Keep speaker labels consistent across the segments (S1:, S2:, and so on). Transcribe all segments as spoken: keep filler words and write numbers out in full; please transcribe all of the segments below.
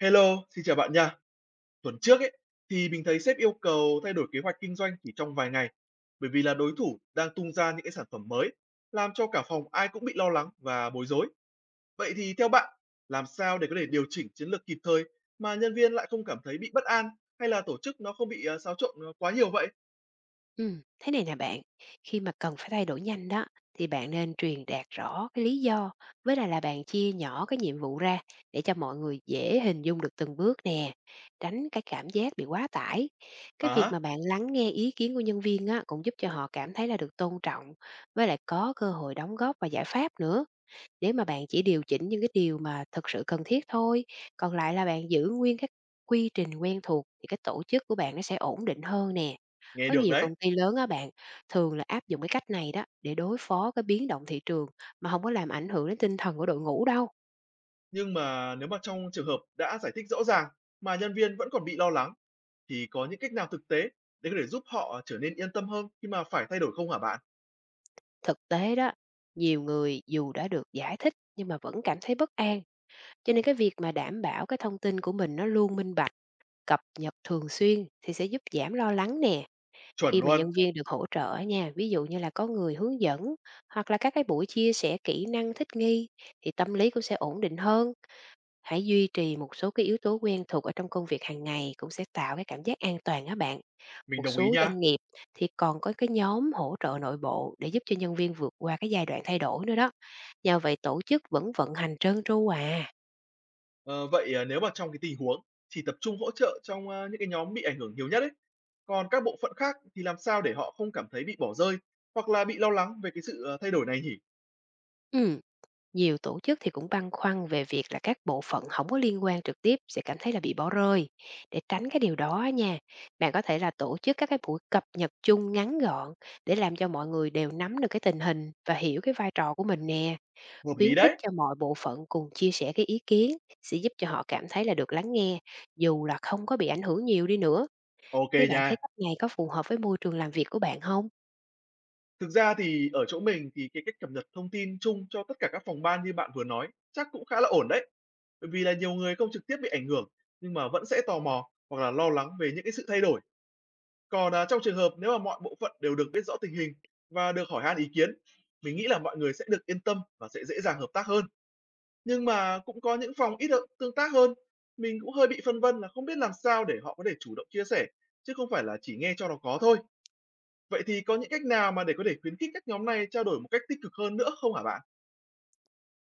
S1: Hello, xin chào bạn nha. Tuần trước ấy thì mình thấy sếp yêu cầu thay đổi kế hoạch kinh doanh chỉ trong vài ngày, bởi vì là đối thủ đang tung ra những cái sản phẩm mới, làm cho cả phòng ai cũng bị lo lắng và bối rối. Vậy thì theo bạn, làm sao để có thể điều chỉnh chiến lược kịp thời mà nhân viên lại không cảm thấy bị bất an, hay là tổ chức nó không bị ờ, xáo trộn ờ, quá nhiều vậy?
S2: Ừm, thế này nè bạn, khi mà cần phải thay đổi nhanh đó thì bạn nên truyền đạt rõ cái lý do với lại là bạn chia nhỏ cái nhiệm vụ ra để cho mọi người dễ hình dung được từng bước nè, tránh cái cảm giác bị quá tải. Cái
S1: À,
S2: việc mà
S1: hả,
S2: bạn lắng nghe ý kiến của nhân viên á, cũng giúp cho họ cảm thấy là được tôn trọng với lại có cơ hội đóng góp và giải pháp nữa, để mà bạn chỉ điều chỉnh những cái điều mà thực sự cần thiết thôi, còn lại là bạn giữ nguyên các quy trình quen thuộc thì cái tổ chức của bạn nó sẽ ổn định hơn nè.
S1: nghe
S2: Có
S1: được
S2: nhiều
S1: đấy.
S2: công ty lớn á bạn, thường là áp dụng cái cách này đó để đối phó cái biến động thị trường mà không có làm ảnh hưởng đến tinh thần của đội ngũ đâu.
S1: Nhưng mà nếu mà trong trường hợp đã giải thích rõ ràng mà nhân viên vẫn còn bị lo lắng, thì có những cách nào thực tế để có thể giúp họ trở nên yên tâm hơn khi mà phải thay đổi không hả bạn?
S2: Thực tế đó, nhiều người dù đã được giải thích nhưng mà vẫn cảm thấy bất an, cho nên cái việc mà đảm bảo cái thông tin của mình nó luôn minh bạch, cập nhật thường xuyên thì sẽ giúp giảm lo lắng nè.
S1: Chuẩn
S2: Khi mà
S1: luôn,
S2: nhân viên được hỗ trợ nha, ví dụ như là có người hướng dẫn hoặc là các cái buổi chia sẻ kỹ năng thích nghi thì tâm lý cũng sẽ ổn định hơn. Hãy duy trì một số cái yếu tố quen thuộc ở trong công việc hàng ngày cũng sẽ tạo cái cảm giác an toàn á bạn.
S1: mình
S2: Một
S1: đồng ý
S2: số
S1: nha.
S2: doanh nghiệp thì còn có cái nhóm hỗ trợ nội bộ để giúp cho nhân viên vượt qua cái giai đoạn thay đổi nữa đó. Nhờ vậy tổ chức vẫn vận hành trơn tru à.
S1: Ờ, Vậy, à, nếu mà trong cái tình huống chỉ tập trung hỗ trợ trong, a, những cái nhóm bị ảnh hưởng nhiều nhất ấy, còn các bộ phận khác thì làm sao để họ không cảm thấy bị bỏ rơi hoặc là bị lo lắng về cái sự, ờ, thay đổi này nhỉ?
S2: Ừ. Nhiều tổ chức thì cũng băn khoăn về việc là các bộ phận không có liên quan trực tiếp sẽ cảm thấy là bị bỏ rơi. Để tránh cái điều đó á nha, bạn có thể là tổ chức các cái buổi cập nhật chung ngắn gọn để làm cho mọi người đều nắm được cái tình hình và hiểu cái vai trò của mình nè.
S1: Hợp lý
S2: Khuyến khích
S1: đấy.
S2: cho mọi bộ phận cùng chia sẻ cái ý kiến sẽ giúp cho họ cảm thấy là được lắng nghe, dù là không có bị ảnh hưởng nhiều đi nữa.
S1: Ok
S2: Thế bạn thấy
S1: nha.
S2: cách này có phù hợp với môi trường làm việc của bạn không?
S1: Thực ra thì ở chỗ mình thì cái cách cập nhật thông tin chung cho tất cả các phòng ban như bạn vừa nói chắc cũng khá là ổn đấy. Bởi vì là nhiều người không trực tiếp bị ảnh hưởng nhưng mà vẫn sẽ tò mò hoặc là lo lắng về những cái sự thay đổi. Còn, à, trong trường hợp nếu mà mọi bộ phận đều được biết rõ tình hình và được hỏi han ý kiến, mình nghĩ là mọi người sẽ được yên tâm và sẽ dễ dàng hợp tác hơn. Nhưng mà cũng có những phòng ít được tương tác hơn, mình cũng hơi bị phân vân là không biết làm sao để họ có thể chủ động chia sẻ, chứ không phải là chỉ nghe cho nó có thôi. Vậy thì có những cách nào mà để có thể khuyến khích các nhóm này trao đổi một cách tích cực hơn nữa không hả bạn?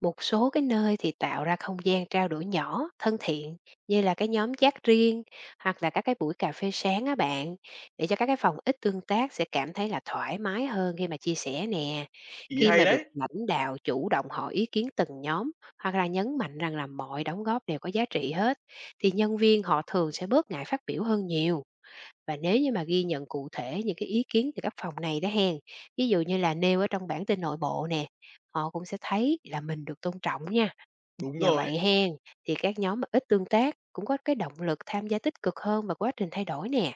S2: Một số cái nơi thì tạo ra không gian trao đổi nhỏ, thân thiện, như là cái nhóm chat riêng hoặc là các cái buổi cà phê sáng á bạn, để cho các cái phòng ít tương tác sẽ cảm thấy là thoải mái hơn khi mà chia sẻ nè.
S1: Ý
S2: Khi
S1: hay
S2: mà được
S1: đấy!
S2: lãnh đạo chủ động hỏi ý kiến từng nhóm hoặc là nhấn mạnh rằng là mọi đóng góp đều có giá trị hết, thì nhân viên họ thường sẽ bớt ngại phát biểu hơn nhiều. Và nếu như mà ghi nhận cụ thể những cái ý kiến từ các phòng này đó hen, ví dụ như là nêu ở trong bản tin nội bộ nè, họ cũng sẽ thấy là mình được tôn trọng nha.
S1: Đúng
S2: Nhờ
S1: rồi,
S2: vậy hen, thì các nhóm mà ít tương tác cũng có cái động lực tham gia tích cực hơn vào quá trình thay đổi nè.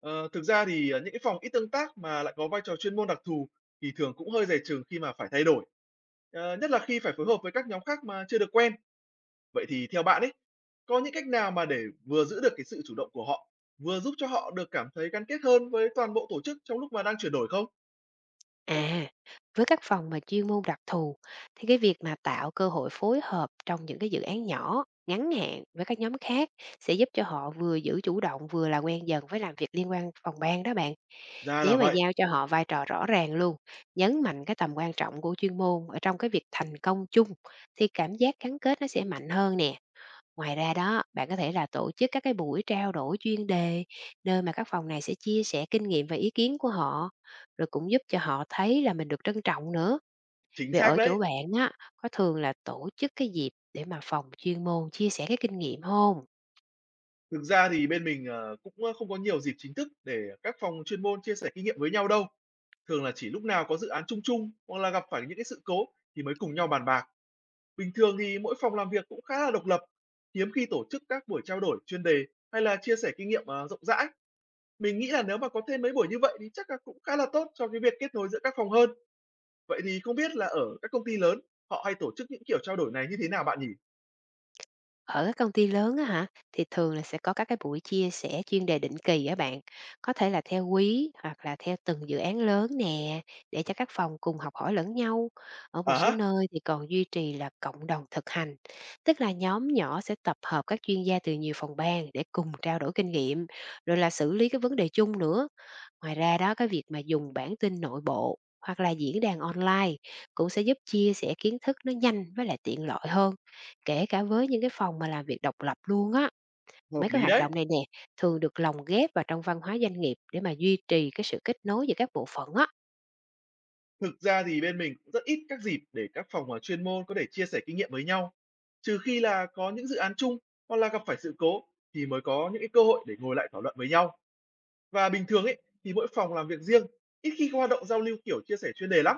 S1: ờ, thực ra thì, ờ, những cái phòng ít tương tác mà lại có vai trò chuyên môn đặc thù thì thường cũng hơi dè chừng khi mà phải thay đổi, ờ, nhất là khi phải phối hợp với các nhóm khác mà chưa được quen. Vậy thì theo bạn ấy, có những cách nào mà để vừa giữ được cái sự chủ động của họ, vừa giúp cho họ được cảm thấy gắn kết hơn với toàn bộ tổ chức trong lúc mà đang chuyển đổi không?
S2: À, với các phòng mà chuyên môn đặc thù thì cái việc mà tạo cơ hội phối hợp trong những cái dự án nhỏ, ngắn hạn với các nhóm khác sẽ giúp cho họ vừa giữ chủ động, vừa là quen dần với làm việc liên quan phòng ban đó bạn.
S1: Ra là
S2: Nếu mà
S1: vậy,
S2: giao cho họ vai trò rõ ràng luôn, nhấn mạnh cái tầm quan trọng của chuyên môn ở trong cái việc thành công chung, thì cảm giác gắn kết nó sẽ mạnh hơn nè. Ngoài ra đó, bạn có thể là tổ chức các cái buổi trao đổi chuyên đề, nơi mà các phòng này sẽ chia sẻ kinh nghiệm và ý kiến của họ, rồi cũng giúp cho họ thấy là mình được trân trọng nữa.
S1: chính
S2: Về
S1: xác
S2: ở chỗ
S1: đấy.
S2: bạn á, có thường là tổ chức cái dịp để mà phòng chuyên môn chia sẻ cái kinh nghiệm không?
S1: Thực ra thì bên mình, ờ, cũng, không có nhiều dịp chính thức để các phòng chuyên môn chia sẻ kinh nghiệm với nhau đâu. Thường là chỉ lúc nào có dự án chung chung hoặc là gặp phải những cái sự cố thì mới cùng nhau bàn bạc. Bình thường thì mỗi phòng làm việc cũng khá là độc lập, hiếm khi tổ chức các buổi trao đổi chuyên đề hay là chia sẻ kinh nghiệm, ờ, rộng rãi. Mình nghĩ là nếu mà có thêm mấy buổi như vậy thì chắc là cũng khá là tốt cho cái việc kết nối giữa các phòng hơn. Vậy thì không biết là ở các công ty lớn, họ hay tổ chức những kiểu trao đổi này như thế nào bạn nhỉ?
S2: Ở các công ty lớn á hả, thì thường là sẽ có các cái buổi chia sẻ chuyên đề định kỳ á bạn, có thể là theo quý hoặc là theo từng dự án lớn nè, để cho các phòng cùng học hỏi lẫn nhau. Ở
S1: À
S2: một số
S1: há,
S2: nơi thì còn duy trì là cộng đồng thực hành, tức là nhóm nhỏ sẽ tập hợp các chuyên gia từ nhiều phòng ban để cùng trao đổi kinh nghiệm, rồi là xử lý cái vấn đề chung nữa. Ngoài ra đó, cái việc mà dùng bản tin nội bộ hoặc là diễn đàn online cũng sẽ giúp chia sẻ kiến thức nó nhanh với lại tiện lợi hơn, kể cả với những cái phòng mà làm việc độc lập luôn á.
S1: hợp
S2: Mấy cái
S1: lý
S2: hoạt động
S1: đấy.
S2: này nè thường được lồng ghép vào trong văn hóa doanh nghiệp để mà duy trì cái sự kết nối giữa các bộ phận á.
S1: Thực ra thì bên mình cũng rất ít các dịp để các phòng ở chuyên môn có thể chia sẻ kinh nghiệm với nhau. Trừ khi là có những dự án chung hoặc là gặp phải sự cố thì mới có những cái cơ hội để ngồi lại thảo luận với nhau. Và bình thường ấy thì mỗi phòng làm việc riêng, ít khi có hoạt động giao lưu kiểu chia sẻ chuyên đề lắm.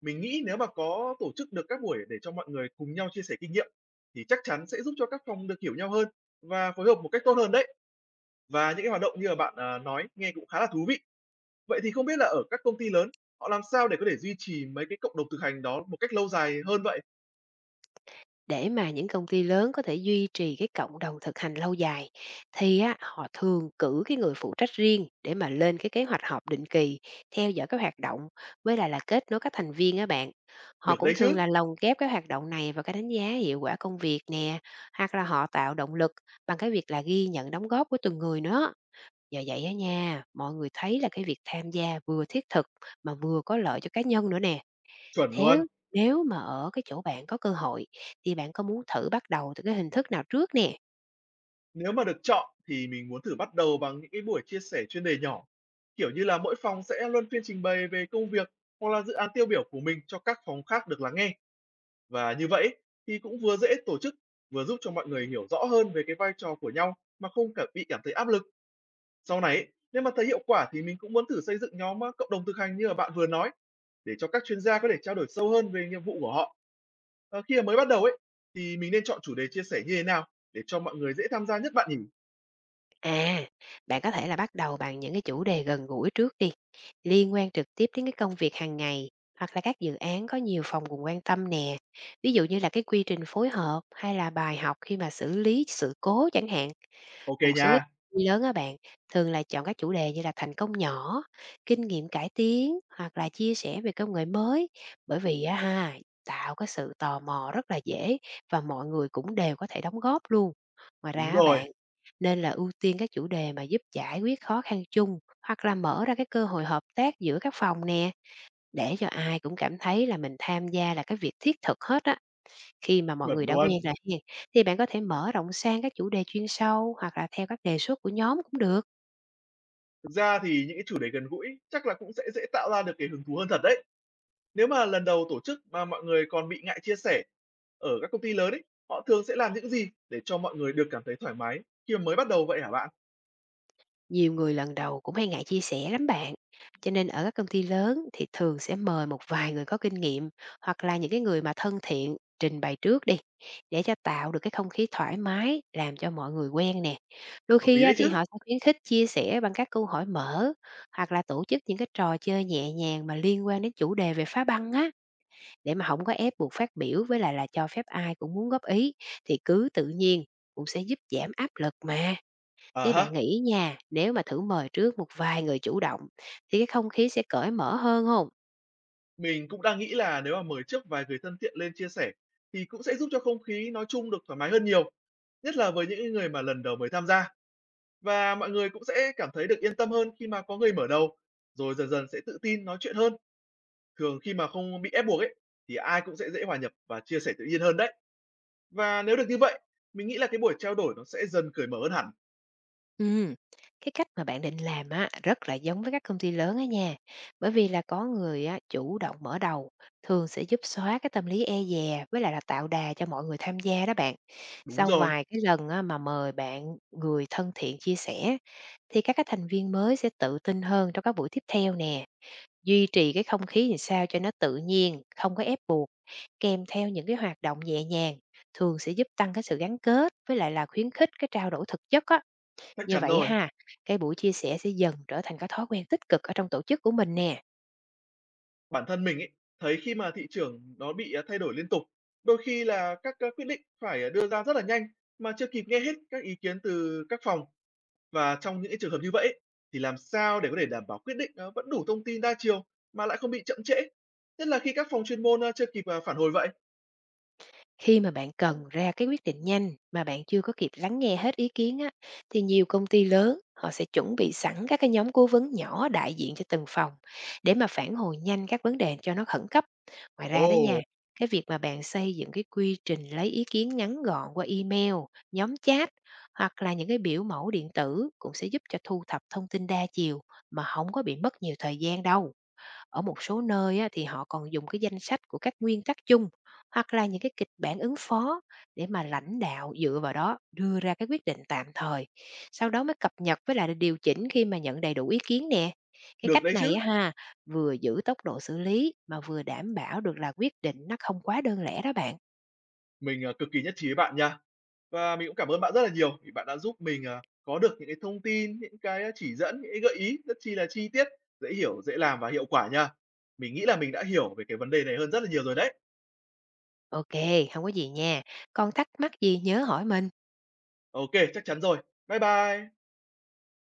S1: Mình nghĩ nếu mà có tổ chức được các buổi để cho mọi người cùng nhau chia sẻ kinh nghiệm thì chắc chắn sẽ giúp cho các phòng được hiểu nhau hơn và phối hợp một cách tốt hơn đấy. Và những cái hoạt động như là bạn, à, nói nghe cũng khá là thú vị. Vậy thì không biết là ở các công ty lớn, họ làm sao để có thể duy trì mấy cái cộng đồng thực hành đó một cách lâu dài hơn vậy?
S2: Để mà những công ty lớn có thể duy trì cái cộng đồng thực hành lâu dài thì á, họ thường cử cái người phụ trách riêng để mà lên cái kế hoạch họp định kỳ, theo dõi các hoạt động, với lại là kết nối các thành viên á bạn. Họ
S1: Được
S2: cũng
S1: đấy
S2: thường
S1: chứ,
S2: là lồng ghép cái hoạt động này vào cái đánh giá hiệu quả công việc nè, hoặc là họ tạo động lực bằng cái việc là ghi nhận đóng góp của từng người nữa. Nhờ vậy á nha, mọi người thấy là cái việc tham gia vừa thiết thực mà vừa có lợi cho cá nhân nữa nè.
S1: chuẩn
S2: Nếu
S1: luôn.
S2: nếu mà ở cái chỗ bạn có cơ hội thì bạn có muốn thử bắt đầu từ cái hình thức nào trước nè?
S1: Nếu mà được chọn thì mình muốn thử bắt đầu bằng những cái buổi chia sẻ chuyên đề nhỏ, kiểu như là mỗi phòng sẽ luân phiên trình bày về công việc hoặc là dự án tiêu biểu của mình cho các phòng khác được lắng nghe. Và như vậy thì cũng vừa dễ tổ chức, vừa giúp cho mọi người hiểu rõ hơn về cái vai trò của nhau mà không cả bị cảm thấy áp lực. Sau này ấy, nếu mà thấy hiệu quả thì mình cũng muốn thử xây dựng nhóm ờ, cộng đồng thực hành như là bạn vừa nói, để cho các chuyên gia có thể trao đổi sâu hơn về nhiệm vụ của họ. Ờ, khi mà mới bắt đầu ấy thì mình nên chọn chủ đề chia sẻ như thế nào để cho mọi người dễ tham gia nhất bạn nhỉ?
S2: À, bạn có thể là bắt đầu bằng những cái chủ đề gần gũi trước đi, liên quan trực tiếp đến cái công việc hàng ngày hoặc là các dự án có nhiều phòng cùng quan tâm nè. Ví dụ như là cái quy trình phối hợp hay là bài học khi mà xử lý sự cố chẳng hạn.
S1: Ok
S2: Một
S1: nha,
S2: số cái công ty lớn á bạn, thường là chọn các chủ đề như là thành công nhỏ, kinh nghiệm cải tiến hoặc là chia sẻ về công nghệ mới, bởi vì á ha, tạo cái sự tò mò rất là dễ và mọi người cũng đều có thể đóng góp luôn. Ngoài ra
S1: đúng
S2: á
S1: rồi,
S2: bạn, nên là ưu tiên các chủ đề mà giúp giải quyết khó khăn chung hoặc là mở ra cái cơ hội hợp tác giữa các phòng nè, để cho ai cũng cảm thấy là mình tham gia là cái việc thiết thực hết á. Khi mà mọi
S1: chuẩn
S2: người đã quen
S1: luôn.
S2: rồi hen, thì bạn có thể mở rộng sang các chủ đề chuyên sâu hoặc là theo các đề xuất của nhóm cũng được.
S1: Thực ra thì những cái chủ đề gần gũi chắc là cũng sẽ dễ tạo ra được cái hứng thú hơn thật đấy. Nếu mà lần đầu tổ chức mà mọi người còn bị ngại chia sẻ, ở các công ty lớn ấy, họ thường sẽ làm những gì để cho mọi người được cảm thấy thoải mái khi mà mới bắt đầu vậy hả bạn?
S2: Nhiều người lần đầu cũng hay ngại chia sẻ lắm bạn. Cho nên ở các công ty lớn thì thường sẽ mời một vài người có kinh nghiệm hoặc là những cái người mà thân thiện trình bày trước đi, để cho tạo được cái không khí thoải mái, làm cho mọi người quen nè. Đôi
S1: Hợp
S2: khi
S1: lý
S2: á,
S1: đấy
S2: thì
S1: chứ?
S2: họ sẽ khuyến khích chia sẻ bằng các câu hỏi mở hoặc là tổ chức những cái trò chơi nhẹ nhàng mà liên quan đến chủ đề về phá băng á. Để mà không có ép buộc phát biểu, với lại là cho phép ai cũng muốn góp ý, thì cứ tự nhiên cũng sẽ giúp giảm áp lực mà.
S1: À
S2: Thế bạn
S1: ha,
S2: nghĩ nha, nếu mà thử mời trước một vài người chủ động thì cái không khí sẽ cởi mở hơn hông?
S1: mình cũng đang nghĩ là nếu mà mời trước vài người thân thiện lên chia sẻ thì cũng sẽ giúp cho không khí nói chung được thoải mái hơn nhiều, nhất là với những người mà lần đầu mới tham gia, và mọi người cũng sẽ cảm thấy được yên tâm hơn khi mà có người mở đầu, rồi dần dần sẽ tự tin nói chuyện hơn. Thường khi mà không bị ép buộc ấy thì ai cũng sẽ dễ hòa nhập và chia sẻ tự nhiên hơn đấy. Và nếu được như vậy, mình nghĩ là cái buổi trao đổi nó sẽ dần cởi mở hơn hẳn.
S2: Ừm, cái cách mà bạn định làm á, rất là giống với các công ty lớn á nha. Bởi vì là có người á, chủ động mở đầu, thường sẽ giúp xóa cái tâm lý e dè với lại là tạo đà cho mọi người tham gia đó bạn.
S1: Đúng
S2: Sau
S1: rồi,
S2: vài cái lần á, mà mời bạn người thân thiện chia sẻ, thì các cái thành viên mới sẽ tự tin hơn trong các buổi tiếp theo nè. Duy trì cái không khí làm sao cho nó tự nhiên, không có ép buộc, kèm theo những cái hoạt động nhẹ nhàng, thường sẽ giúp tăng cái sự gắn kết với lại là khuyến khích cái trao đổi thực chất á.
S1: chắc
S2: Như
S1: chắn
S2: vậy
S1: rồi.
S2: ha, cái buổi chia sẻ sẽ dần trở thành cái thói quen tích cực ở trong tổ chức của mình nè.
S1: Bản thân mình ấy, thấy khi mà thị trường nó bị, à, thay đổi liên tục, đôi khi là các, a, quyết định phải, à, đưa ra rất là nhanh mà chưa kịp nghe hết các ý kiến từ các phòng. Và trong những cái trường hợp như vậy ấy, thì làm sao để có thể đảm bảo quyết định nó vẫn đủ thông tin đa chiều mà lại không bị chậm trễ? Nhất là khi các phòng chuyên môn, a, chưa kịp, à, phản hồi vậy.
S2: Khi mà bạn cần ra cái quyết định nhanh mà bạn chưa có kịp lắng nghe hết ý kiến á, thì nhiều công ty lớn họ sẽ chuẩn bị sẵn các cái nhóm cố vấn nhỏ đại diện cho từng phòng để mà phản hồi nhanh các vấn đề cho nó khẩn cấp. Ngoài ra đó
S1: Ồ,
S2: nha, cái việc mà bạn xây dựng cái quy trình lấy ý kiến ngắn gọn qua email, nhóm chat hoặc là những cái biểu mẫu điện tử cũng sẽ giúp cho thu thập thông tin đa chiều mà không có bị mất nhiều thời gian đâu. Ở một số nơi á, thì họ còn dùng cái danh sách của các nguyên tắc chung hoặc là những cái kịch bản ứng phó để mà lãnh đạo dựa vào đó đưa ra cái quyết định tạm thời. Sau đó mới cập nhật với lại điều chỉnh khi mà nhận đầy đủ ý kiến nè. Cái
S1: được
S2: cách
S1: đấy
S2: này
S1: chứ.
S2: á ha, vừa giữ tốc độ xử lý mà vừa đảm bảo được là quyết định nó không quá đơn lẻ đó bạn.
S1: Mình, à, cực kỳ nhất trí với bạn nha. Và mình cũng cảm ơn bạn rất là nhiều vì bạn đã giúp mình, à, có được những cái thông tin, những cái, à, chỉ dẫn, những cái gợi ý rất chi là chi tiết, dễ hiểu, dễ làm và hiệu quả nha. Mình nghĩ là mình đã hiểu về cái vấn đề này hơn rất là nhiều rồi đấy.
S2: Ok, không có gì nha. Còn thắc mắc gì nhớ hỏi mình.
S1: Ok, chắc chắn rồi. Bye bye.